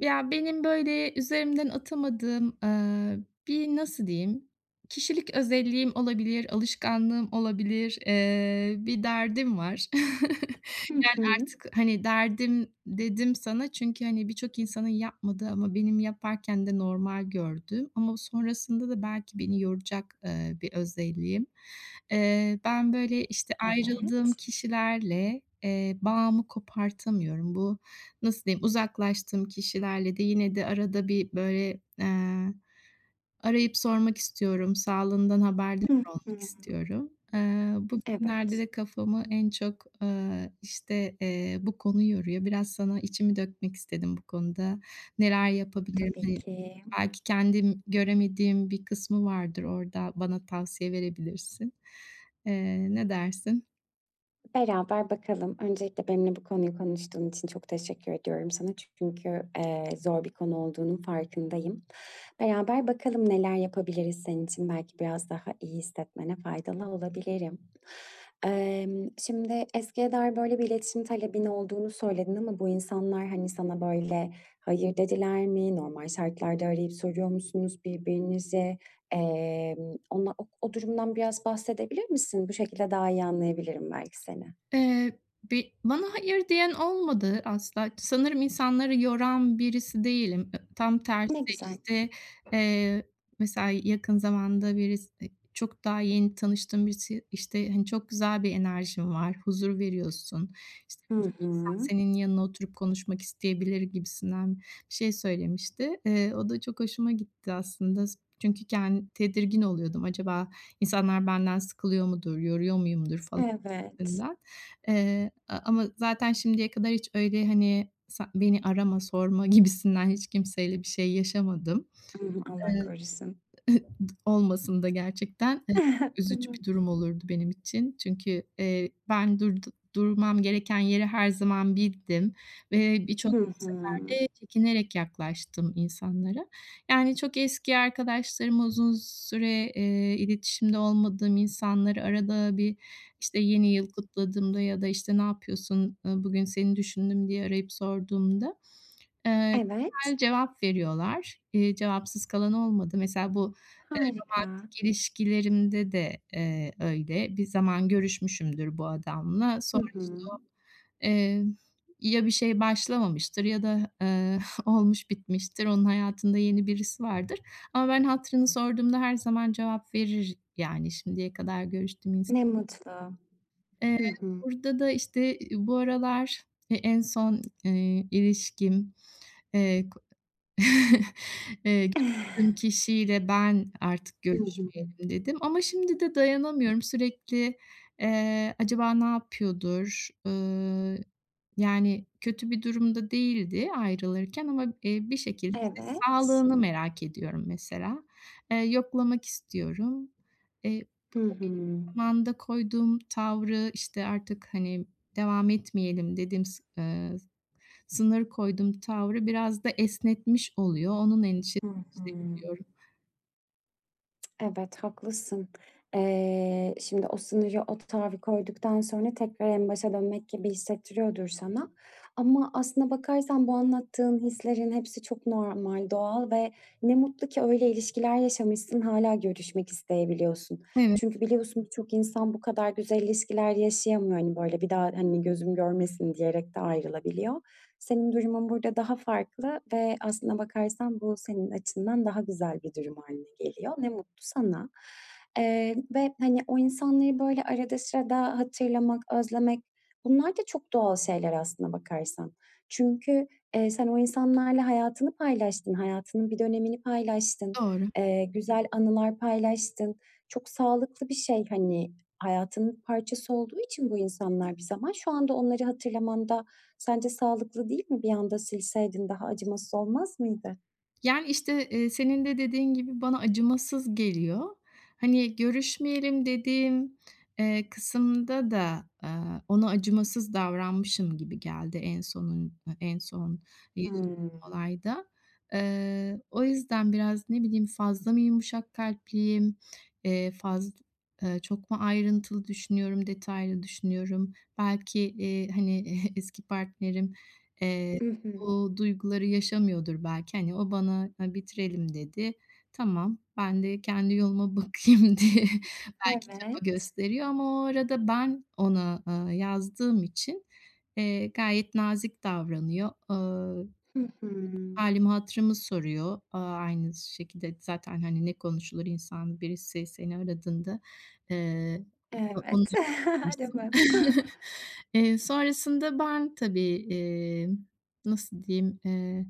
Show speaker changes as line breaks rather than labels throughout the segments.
Ya, benim, böyle, üzerimden atamadığım, bir nasıl diyeyim, kişilik özelliğim olabilir, alışkanlığım olabilir, bir derdim var.
Hı
Yani,
hı.
artık, hani, derdim dedim sana çünkü, hani, birçok insanın yapmadığı ama benim yaparken de normal gördüğüm ama sonrasında da belki beni yoracak, bir özelliğim. Ben, böyle, işte, ayrıldığım
Evet.
kişilerle, bağımı kopartamıyorum. Bu nasıl diyeyim, uzaklaştığım kişilerle de yine de arada bir, böyle, arayıp sormak istiyorum. Sağlığından haberdar
Hı hı.
olmak istiyorum. Bugünlerde
Evet,
de kafamı en çok, işte, bu konu yoruyor. Biraz sana içimi dökmek istedim bu konuda. Neler yapabilirim?
tabii
Hani,
ki.
belki kendim göremediğim bir kısmı vardır orada, bana tavsiye verebilirsin. Ne dersin?
Beraber bakalım. Öncelikle benimle bu konuyu konuştuğun için çok teşekkür ediyorum sana. Çünkü, zor bir konu olduğunun farkındayım. Beraber bakalım neler yapabiliriz senin için. Belki biraz daha iyi hissetmene faydalı olabilirim. Şimdi eskiye dair böyle bir iletişim talebin olduğunu söyledin ama bu insanlar, hani, sana böyle hayır dediler mi? Normal şartlarda arayıp soruyor musunuz birbirinizi? Onla o durumdan biraz bahsedebilir misin? Bu şekilde daha iyi anlayabilirim belki seni.
Eee, bi Bana hayır diyen olmadı asla. Sanırım insanları yoran birisi değilim. Tam tersi,
Ne güzel.
işte, eee, mesela yakın zamanda çok daha yeni tanıştığım birisi, işte, hani, "Çok güzel bir enerjin var, huzur veriyorsun, işte,
Hı
birçok insan
hı.
senin yanına oturup konuşmak isteyebilir." gibisinden bir şey söylemişti. O da çok hoşuma gitti aslında. Çünkü tedirgin oluyordum. Acaba insanlar benden sıkılıyor mudur, yoruyor muyumdur falan
Evet.
üstünden. A Ama zaten şimdiye kadar hiç öyle, hani, beni arama, sorma gibisinden hiç kimseyle bir şey yaşamadım.
Hı hı, Allah korusun.
Olmasında gerçekten,
Değil
üzücü
mi?
bir durum olurdu benim için. Çünkü, ben durmam gereken yeri her zaman bildim ve birçok
Hı hı.
sefer de çekinerek yaklaştım insanlara. Yani, çok eski arkadaşlarımı, uzun süre, iletişimde olmadığım insanları arada bir, işte, yeni yıl kutladığımda ya da, işte, "Ne yapıyorsun, bugün seni düşündüm." diye arayıp sorduğumda, eee,
Evet.
güzel cevap veriyorlar. Cevapsız kalan olmadı. Mesela bu
Harika.
ilişkilerimde de, öyle. Bir zaman görüşmüşümdür bu adamla.
Hı
Sonra, işte,
hı.
eee, ya bir şey başlamamıştır ya da, olmuş bitmiştir. Onun hayatında yeni birisi vardır ama ben hatırını sorduğumda her zaman cevap verir, yani, şimdiye kadar görüştüğüm insan.
Ne mutlu.
Eee,
Hı hı.
Burada da, işte, bu aralar, en son, ilişkim, eee görüştüğüm kişiyle ben artık
Hı hı.
görüşmeyelim dedim ama şimdi de dayanamıyorum. Sürekli, acaba ne yapıyordur? Yani kötü bir durumda değildi ayrılırken ama, bir şekilde işte
Evet.
sağlığını merak ediyorum mesela. Yoklamak istiyorum. Benim
Hı hı.
zamanında koyduğum tavrı işte artık hani devam etmeyelim dedim sınır koydum tavrı biraz da esnetmiş oluyor. Onun endişesine
Hı hı.
giriyorum.
Evet, haklısın. Şimdi o sınırı, o tarifi koyduktan sonra tekrar en başa dönmek gibi hissettiriyordur sana. Ama aslına bakarsan bu anlattığın hislerin hepsi çok normal, doğal ve ne mutlu ki öyle ilişkiler yaşamışsın, hala görüşmek isteyebiliyorsun.
Evet,
Çünkü biliyorsun birçok insan bu kadar güzel ilişkiler yaşayamıyor. Hani, böyle, "Bir daha, hani, gözüm görmesin." diyerek de ayrılabiliyor. Senin durumun burada daha farklı ve aslına bakarsan bu senin açından daha güzel bir durum haline geliyor. Ne mutlu sana. Ve, hani, o insanları böyle arada sırada hatırlamak, özlemek bunlar da çok doğal şeyler aslına bakarsan. Çünkü, sen o insanlarla hayatını paylaştın, hayatının bir dönemini paylaştın,
doğru.
güzel anılar paylaştın. Çok sağlıklı bir şey, hani, hayatının parçası olduğu için bu insanlar bir zaman şu anda onları hatırlamanda. Sence sağlıklı değil mi? Bir anda silseydin daha acımasız olmaz mıydı?
Yani, işte, senin de dediğin gibi bana acımasız geliyor. Hani, görüşmeyelim dediğim, kısımda da, ona acımasız davranmışım gibi geldi en son yaşadığım
Hımm.
olayda. O yüzden biraz, ne bileyim, fazla mı yumuşak kalpliyim, faz çok mu ayrıntılı düşünüyorum, detaylı düşünüyorum? Belki, hani, eski partnerim, eee
Hı hı.
bu duyguları yaşamıyordur belki. Hani, o bana, "Ha, bitirelim." dedi. Tamam, ben de kendi yoluma bakayım diye belki çaba
Evet.
gösteriyor ama o arada ben ona, yazdığım için, gayet nazik davranıyor.
Hı hı.
Hâlimi, hatırımı soruyor. Aynı şekilde zaten, hani, ne konuşulur insan birisi seni aradığında, eee, onu
Evet. Değil
sorarsın.
mi?
Sonrasında ben tabii, nasıl diyeyim,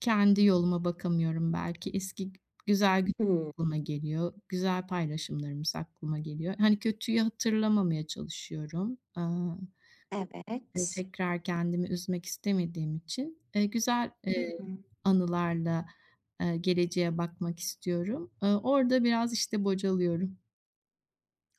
kendi yoluma bakamıyorum belki. Eski güzel günler
Hımm.
aklıma geliyor. Güzel paylaşımlarımız aklıma geliyor. Hani, kötüyü hatırlamamaya çalışıyorum. Aaa
Evet.
Tekrar kendimi üzmek istemediğim için, güzel,
Hı hı.
anılarla, geleceğe bakmak istiyorum. Orada biraz, işte, bocalıyorum.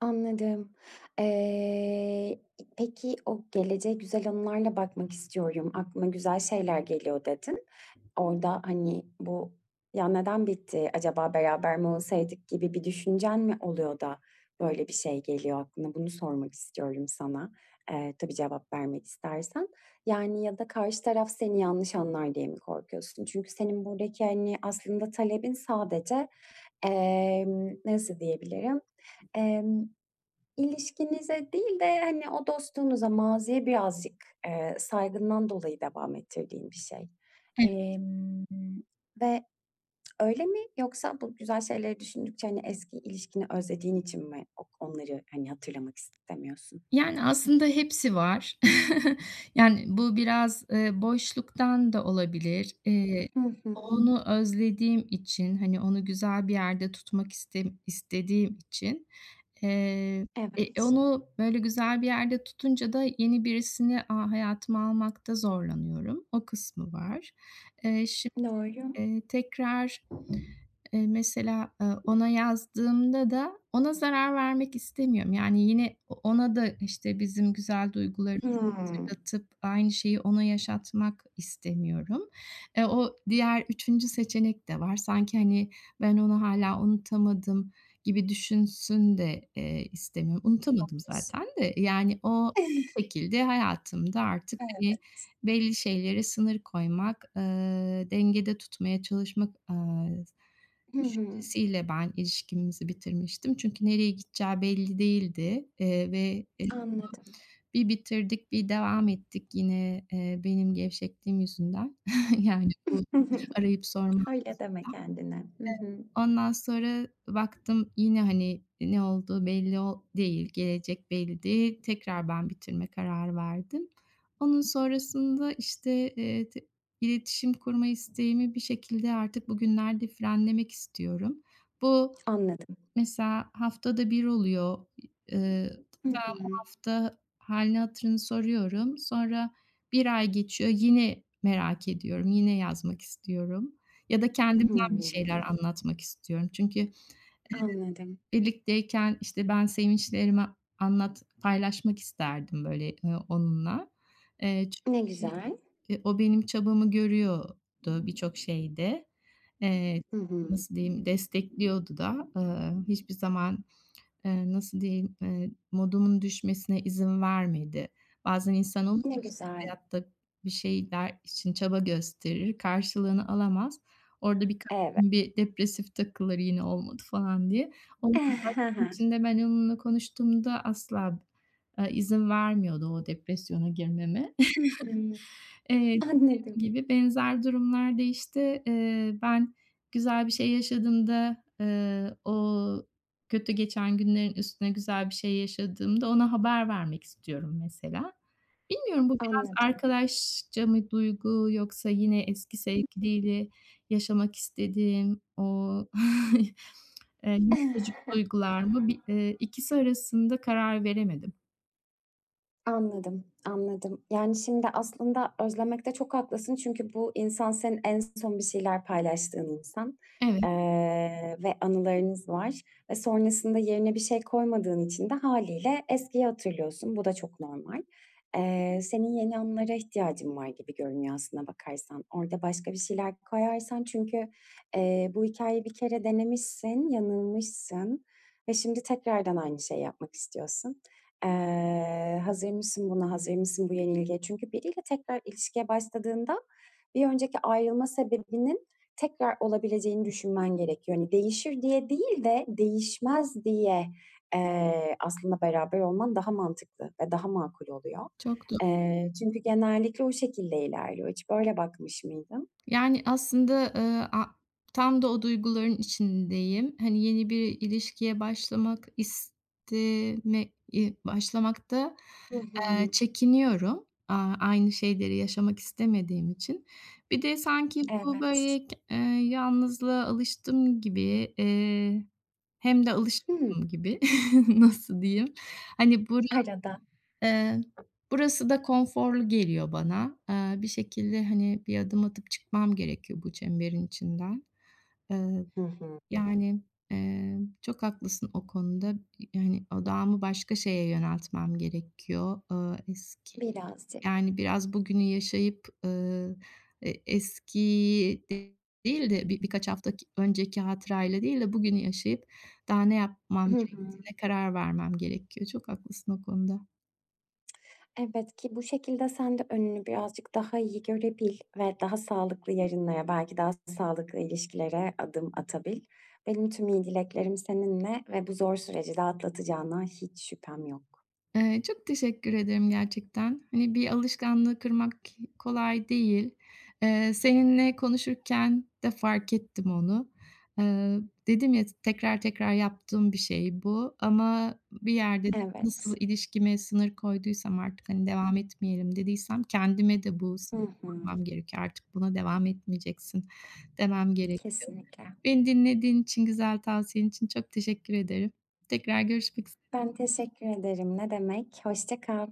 Anladım. Eee, peki, o geleceğe güzel anılarla bakmak istiyorum, aklıma güzel şeyler geliyor dedin. Orada, hani, bu "Ya, neden bitti, acaba beraber mi olsaydık?" gibi bir düşüncen mi oluyor da böyle bir şey geliyor aklına? Bunu sormak istiyorum sana. Tabii cevap vermek istersen. Yani, ya da karşı taraf seni yanlış anlar diye mi korkuyorsun? Çünkü senin buradaki, hani, aslında talebin sadece, nasıl diyebilirim, İlişkinize değil de, hani, o dostluğunuza, maziye birazcık, saygından dolayı devam ettirdiğin bir şey.
Eh,
Emm, Ve öyle mi yoksa bu güzel şeyleri düşündükçe, hani, eski ilişkini özlediğin için mi onları, hani, hatırlamak istemiyorsun?
yani, aslında hepsi var. Yani, bu biraz, boşluktan da olabilir.
Hı hı.
Onu özlediğim için, hani, onu güzel bir yerde tutmak istediğim için. Eee,
Evet.
Onu böyle güzel bir yerde tutunca da yeni birisini, hayatıma almakta zorlanıyorum. O kısmı var. Şimdi,
Doğru.
tekrar mesela, ona yazdığımda da ona zarar vermek istemiyorum. Yani yine ona da, işte, bizim güzel duygularımızı
Hımm.
hatırlatıp aynı şeyi ona yaşatmak istemiyorum. O diğer üçüncü seçenek de var. Sanki, hani, ben onu hâlâ unutamadım gibi düşünsün de, istemiyorum. Unutamadım zaten
Haklısın.
de, yani, o şekilde hayatımda artık, hani,
Evet.
belli şeylere sınır koymak, dengede tutmaya çalışmak,
Hı hı.
düşüncesiyle ben ilişkimizi bitirmiştim. Çünkü nereye gideceği belli değildi, ve,
Anladım.
bir bitirdik, bir devam ettik yine, benim gevşekliğim yüzünden. Yani bu
Hı hı.
arayıp sormam.
Öyle deme kendine. Hı hı.
Ondan sonra baktım yine, hani, ne olduğu belli değil, gelecek belli değil. Tekrar ben bitirme kararı verdim. Onun sonrasında, işte, t iletişim kurma isteğimi bir şekilde artık bugünlerde frenlemek istiyorum. Bu
Anladım.
Mesela haftada bir oluyor. Eee,
Hı hı.
Hafta halini hatırını soruyorum. Sonra bir ay geçiyor, yine merak ediyorum, yine yazmak istiyorum ya da kendimden bir şeyler
Hımm.
anlatmak istiyorum. Çünkü
Anladım.
birlikteyken, işte, ben sevinçlerimi paylaşmak isterdim, böyle, onunla.
Ne
Çünkü,
güzel.
o benim çabamı görüyordu birçok şeyde. Eee,
Hı hı.
Nasıl diyeyim, destekliyordu da. Hiçbir zaman nasıl diyeyim, modumun düşmesine izin vermedi. Bazen insan olur
Ne
ya, işte,
güzel.
hayatta bir şeyler için çaba gösterir, karşılığını alamaz. Orada birkaç
Evet.
gün bir depresif takılır yine olmadı falan diye. Onun için de ben onunla konuştuğumda asla, izin vermiyordu o depresyona girmeme.
Hı hı.
Eee
Anladım,
Gibi benzer durumlarda, işte, ben güzel bir şey yaşadığımda, o kötü geçen günlerin üstüne güzel bir şey yaşadığımda ona haber vermek istiyorum mesela. Bilmiyorum bu biraz
anladım.
arkadaşça mı duygu yoksa yine eski sevgiliyle yaşamak istediğim o, yumuşacık duygular mı? Bi ikisi arasında karar veremedim.
Anladım, anladım. Yani, şimdi aslında özlemekte çok haklısın çünkü bu insan senin en son bir şeyler paylaştığın insan,
Evet,
ve anılarınız var ve sonrasında yerine bir şey koymadığın için de haliyle eskiyi hatırlıyorsun. Bu da çok normal. Senin yeni anılara ihtiyacın var gibi görünüyor aslına bakarsan. Orada başka bir şeyler koyarsan çünkü, bu hikayeyi bir kere denemişsin, yanılmışsın ve şimdi tekrardan aynı şeyi yapmak istiyorsun. Hazır mısın buna, hazır mısın bu yenilgiye? Çünkü biriyle tekrar ilişkiye başladığında bir önceki ayrılma sebebinin tekrar olabileceğini düşünmen gerekiyor. Hani, değişir diye değil de değişmez diye, aslında beraber olman daha mantıklı ve daha makul oluyor.
çok
Çünkü genellikle o şekilde ilerliyor. Hiç böyle bakmış mıydın?
Yani, aslında, a tam da o duyguların içindeyim. Hani, yeni bir ilişkiye başlamak isteme başlamakta,
Hı hı.
çekiniyorum. Aynı şeyleri yaşamak istemediğim için. Bir de sanki bu,
Evet.
böyle, yalnızlığa alıştım gibi, hem de
Hımm.
alışmadım gibi. Nasıl diyeyim? Hani, bu
Arada.
Eee, burası da konforlu geliyor bana. Bir şekilde, hani, bir adım atıp çıkmam gerekiyor bu çemberin içinden. Eee,
Hı hı.
Yani, çok haklısın o konuda. Yani, odağımı başka şeye yöneltmem gerekiyor. Eski
Birazcık.
Yani, biraz bugünü yaşayıp, eskiyi değil de birkaç hafta önceki hatırayla değil de bugünü yaşayıp daha ne yapmam
Hı
gerektiğine
hı.
karar vermem gerekiyor. Çok haklısın o konuda.
Evet ki bu şekilde sen de önünü birazcık daha iyi görebil ve daha sağlıklı yarınlara, belki daha sağlıklı ilişkilere adım atabil. Benim tüm iyi dileklerim seninle ve bu zor süreci de atlatacağına hiç şüphem yok.
Çok teşekkür ederim gerçekten. Hani, bir alışkanlığı kırmak kolay değil. Seninle konuşurken de fark ettim onu. Eee, Dedim ya, tekrar tekrar yaptığım bir şey bu ama bir yerde de nasıl
Evet.
ilişkime sınır koyduysam artık, hani, devam etmeyelim dediysem kendime de bu
Hı
sınırı
hı.
koymam gerekiyor. Artık buna devam etmeyeceksin demem gerekiyor.
Kesinlikle.
Beni dinlediğin için, güzel tavsiyen için çok teşekkür ederim. Tekrar görüşmek
Ben teşekkür ederim. Ne demek. Hoşça kal.